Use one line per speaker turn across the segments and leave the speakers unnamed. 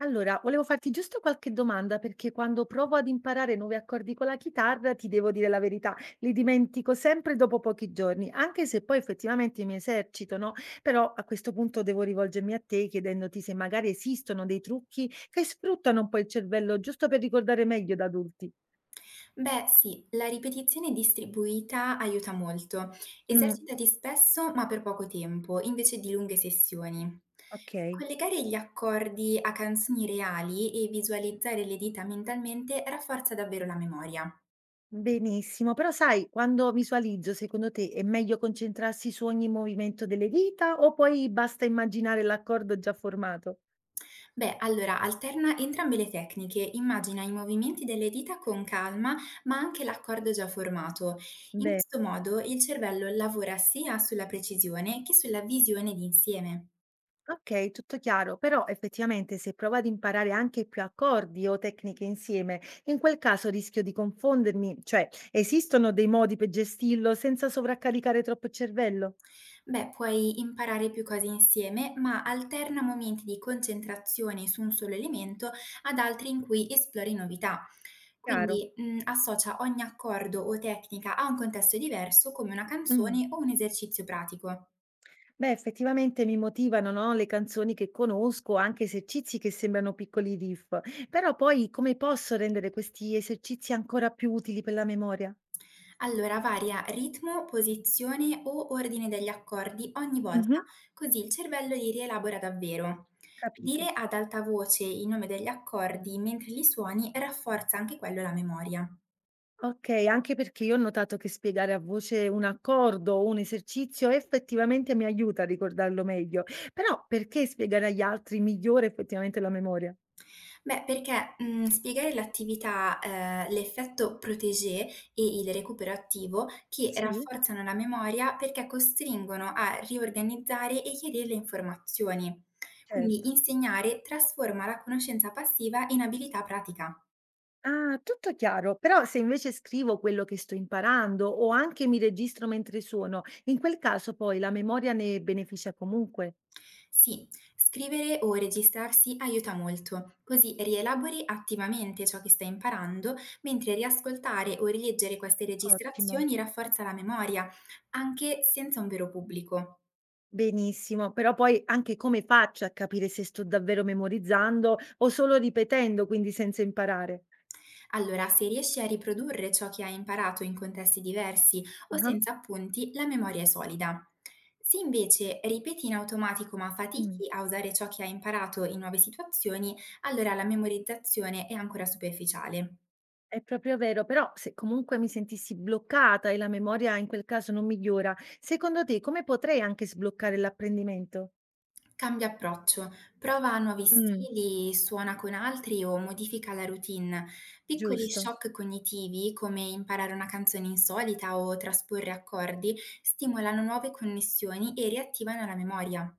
Allora, volevo farti giusto qualche domanda perché quando provo ad imparare nuovi accordi con la chitarra, ti devo dire la verità, li dimentico sempre dopo pochi giorni, anche se poi effettivamente mi esercito, no? Però a questo punto devo rivolgermi a te chiedendoti se magari esistono dei trucchi che sfruttano un po' il cervello giusto per ricordare meglio da adulti.
Beh sì, la ripetizione distribuita aiuta molto.
Mm,
Esercitati spesso ma per poco tempo, invece di lunghe sessioni.
ok,
Collegare gli accordi a canzoni reali e visualizzare le dita mentalmente rafforza davvero la memoria.
benissimo. Però sai, quando visualizzo, secondo te è meglio concentrarsi su ogni movimento delle dita o poi basta immaginare l'accordo già formato?
Beh, allora alterna entrambe le tecniche, immagina i movimenti delle dita con calma, ma anche l'accordo già formato. In
Bene.
questo modo il cervello lavora sia sulla precisione che sulla visione d'insieme.
Okay, tutto chiaro, però effettivamente se provo ad imparare anche più accordi o tecniche insieme, in quel caso rischio di confondermi, cioè esistono dei modi per gestirlo senza sovraccaricare troppo il cervello?
Beh, puoi imparare più cose insieme, ma alterna momenti di concentrazione su un solo elemento ad altri in cui esplori novità.
Chiaro.
Quindi associa ogni accordo o tecnica a un contesto diverso, come una
Mh.
canzone o un esercizio pratico.
Beh, effettivamente mi motivano, no, le canzoni che conosco, anche esercizi che sembrano piccoli riff, però poi come posso rendere questi esercizi ancora più utili per la memoria?
Allora varia ritmo, posizione o ordine degli accordi ogni
Mh-mh,
volta, così il cervello li rielabora davvero.
capito.
Dire ad alta voce il nome degli accordi mentre li suoni rafforza anche quello la memoria.
Okay, anche perché io ho notato che spiegare a voce un accordo o un esercizio effettivamente mi aiuta a ricordarlo meglio, però perché spiegare agli altri migliora effettivamente la memoria?
Beh, perché, spiegare l'attività, l'effetto Protégé e il recupero attivo che
Sì,
rafforzano la memoria perché costringono a riorganizzare e chiarire le informazioni.
certo.
Quindi insegnare trasforma la conoscenza passiva in abilità pratica.
Ah, tutto chiaro, però se invece scrivo quello che sto imparando o anche mi registro mentre suono, in quel caso poi la memoria ne beneficia comunque.
Sì, scrivere o registrarsi aiuta molto, così rielabori attivamente ciò che stai imparando, mentre riascoltare o rileggere queste
Ottimo.
registrazioni rafforza la memoria, anche senza un vero pubblico.
Benissimo, però poi anche come faccio a capire se sto davvero memorizzando o solo ripetendo, quindi senza imparare?
Allora, se riesci a riprodurre ciò che hai imparato in contesti diversi o
Ah-ah.
senza appunti, la memoria è solida. Se invece ripeti in automatico ma
Mh,
fatichi a usare ciò che hai imparato in nuove situazioni, allora la memorizzazione è ancora superficiale.
è proprio vero, però se comunque mi sentissi bloccata e la memoria in quel caso non migliora, secondo te come potrei anche sbloccare l'apprendimento?
Cambia approccio, prova nuovi
Mh,
stili, suona con altri o modifica la routine. Piccoli
giusto.
shock cognitivi, come imparare una canzone insolita o trasporre accordi, stimolano nuove connessioni e riattivano la memoria.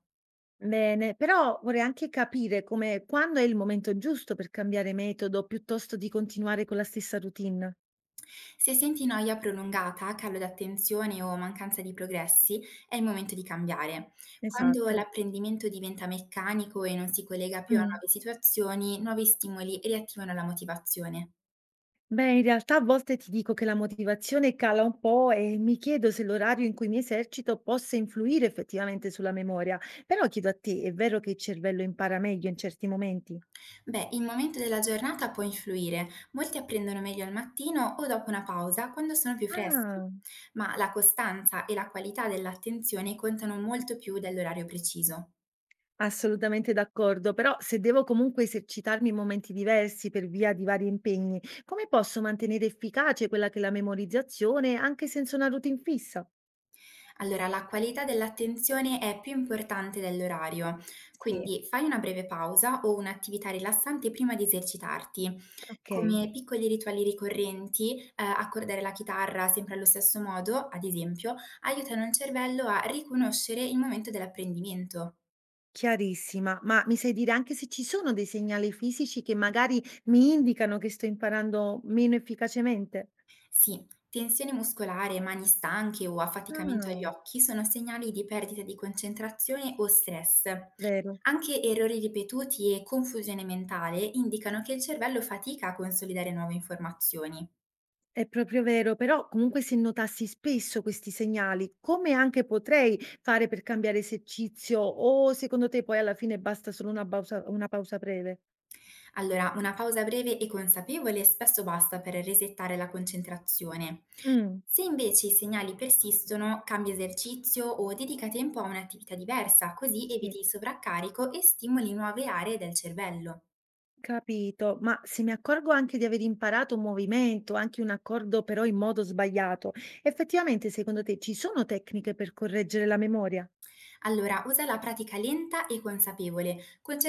Bene, però vorrei anche capire come quando è il momento giusto per cambiare metodo piuttosto di continuare con la stessa routine.
Se senti noia prolungata, calo d'attenzione o mancanza di progressi, è il momento di cambiare. Quando
Esatto.
l'apprendimento diventa meccanico e non si collega più a
Mh.
nuove situazioni, nuovi stimoli riattivano la motivazione.
Beh, in realtà a volte ti dico che la motivazione cala un po' e mi chiedo se l'orario in cui mi esercito possa influire effettivamente sulla memoria. Però chiedo a te, è vero che il cervello impara meglio in certi momenti?
Beh, il momento della giornata può influire. Molti apprendono meglio al mattino o dopo una pausa, quando sono più freschi.
Ah,
Ma la costanza e la qualità dell'attenzione contano molto più dell'orario preciso.
assolutamente d'accordo, però se devo comunque esercitarmi in momenti diversi per via di vari impegni, come posso mantenere efficace quella che è la memorizzazione anche senza una routine fissa?
Allora, la qualità dell'attenzione è più importante dell'orario,
Sì,
quindi fai una breve pausa o un'attività rilassante prima di esercitarti.
ok.
Come piccoli rituali ricorrenti, accordare la chitarra sempre allo stesso modo, ad esempio, aiutano il cervello a riconoscere il momento dell'apprendimento.
Chiarissima, ma mi sai dire anche se ci sono dei segnali fisici che magari mi indicano che sto imparando meno efficacemente?
Sì, tensione muscolare, mani stanche o affaticamento agli
Ah,
occhi sono segnali di perdita di concentrazione o stress.
vero,
Anche errori ripetuti e confusione mentale indicano che il cervello fatica a consolidare nuove informazioni.
è proprio vero, però comunque se notassi spesso questi segnali, come anche potrei fare per cambiare esercizio o secondo te poi alla fine basta solo una pausa breve?
Allora, una pausa breve e consapevole spesso basta per resettare la concentrazione.
Mm,
Se invece i segnali persistono, cambia esercizio o dedica tempo a un'attività diversa, così
sì.
eviti il sovraccarico e stimoli nuove aree del cervello.
Capito, ma se mi accorgo anche di aver imparato un movimento, anche un accordo però in modo sbagliato, effettivamente secondo te ci sono tecniche per correggere la memoria?
Allora, usa la pratica lenta e consapevole,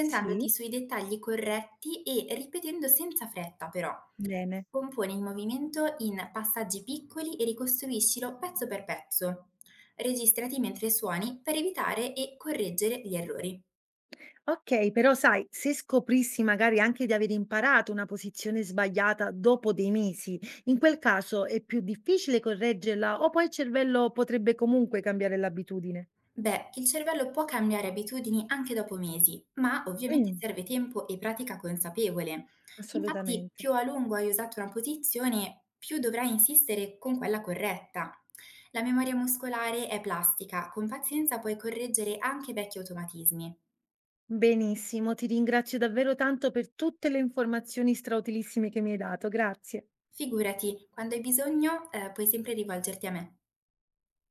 Sì,
sui dettagli corretti e ripetendo senza fretta però.
bene.
Componi il movimento in passaggi piccoli e ricostruiscilo pezzo per pezzo. Registrati mentre suoni per evitare e correggere gli errori.
Ok, però sai, se scoprissi magari anche di aver imparato una posizione sbagliata dopo dei mesi, in quel caso è più difficile correggerla o poi il cervello potrebbe comunque cambiare l'abitudine?
Beh, il cervello può cambiare abitudini anche dopo mesi, ma ovviamente
Mm,
serve tempo e pratica consapevole. Infatti,
assolutamente.
più a lungo hai usato una posizione, più dovrai insistere con quella corretta. La memoria muscolare è plastica, con pazienza puoi correggere anche vecchi automatismi.
Benissimo, ti ringrazio davvero tanto per tutte le informazioni strautilissime che mi hai dato, grazie.
Figurati, quando hai bisogno, puoi sempre rivolgerti a me.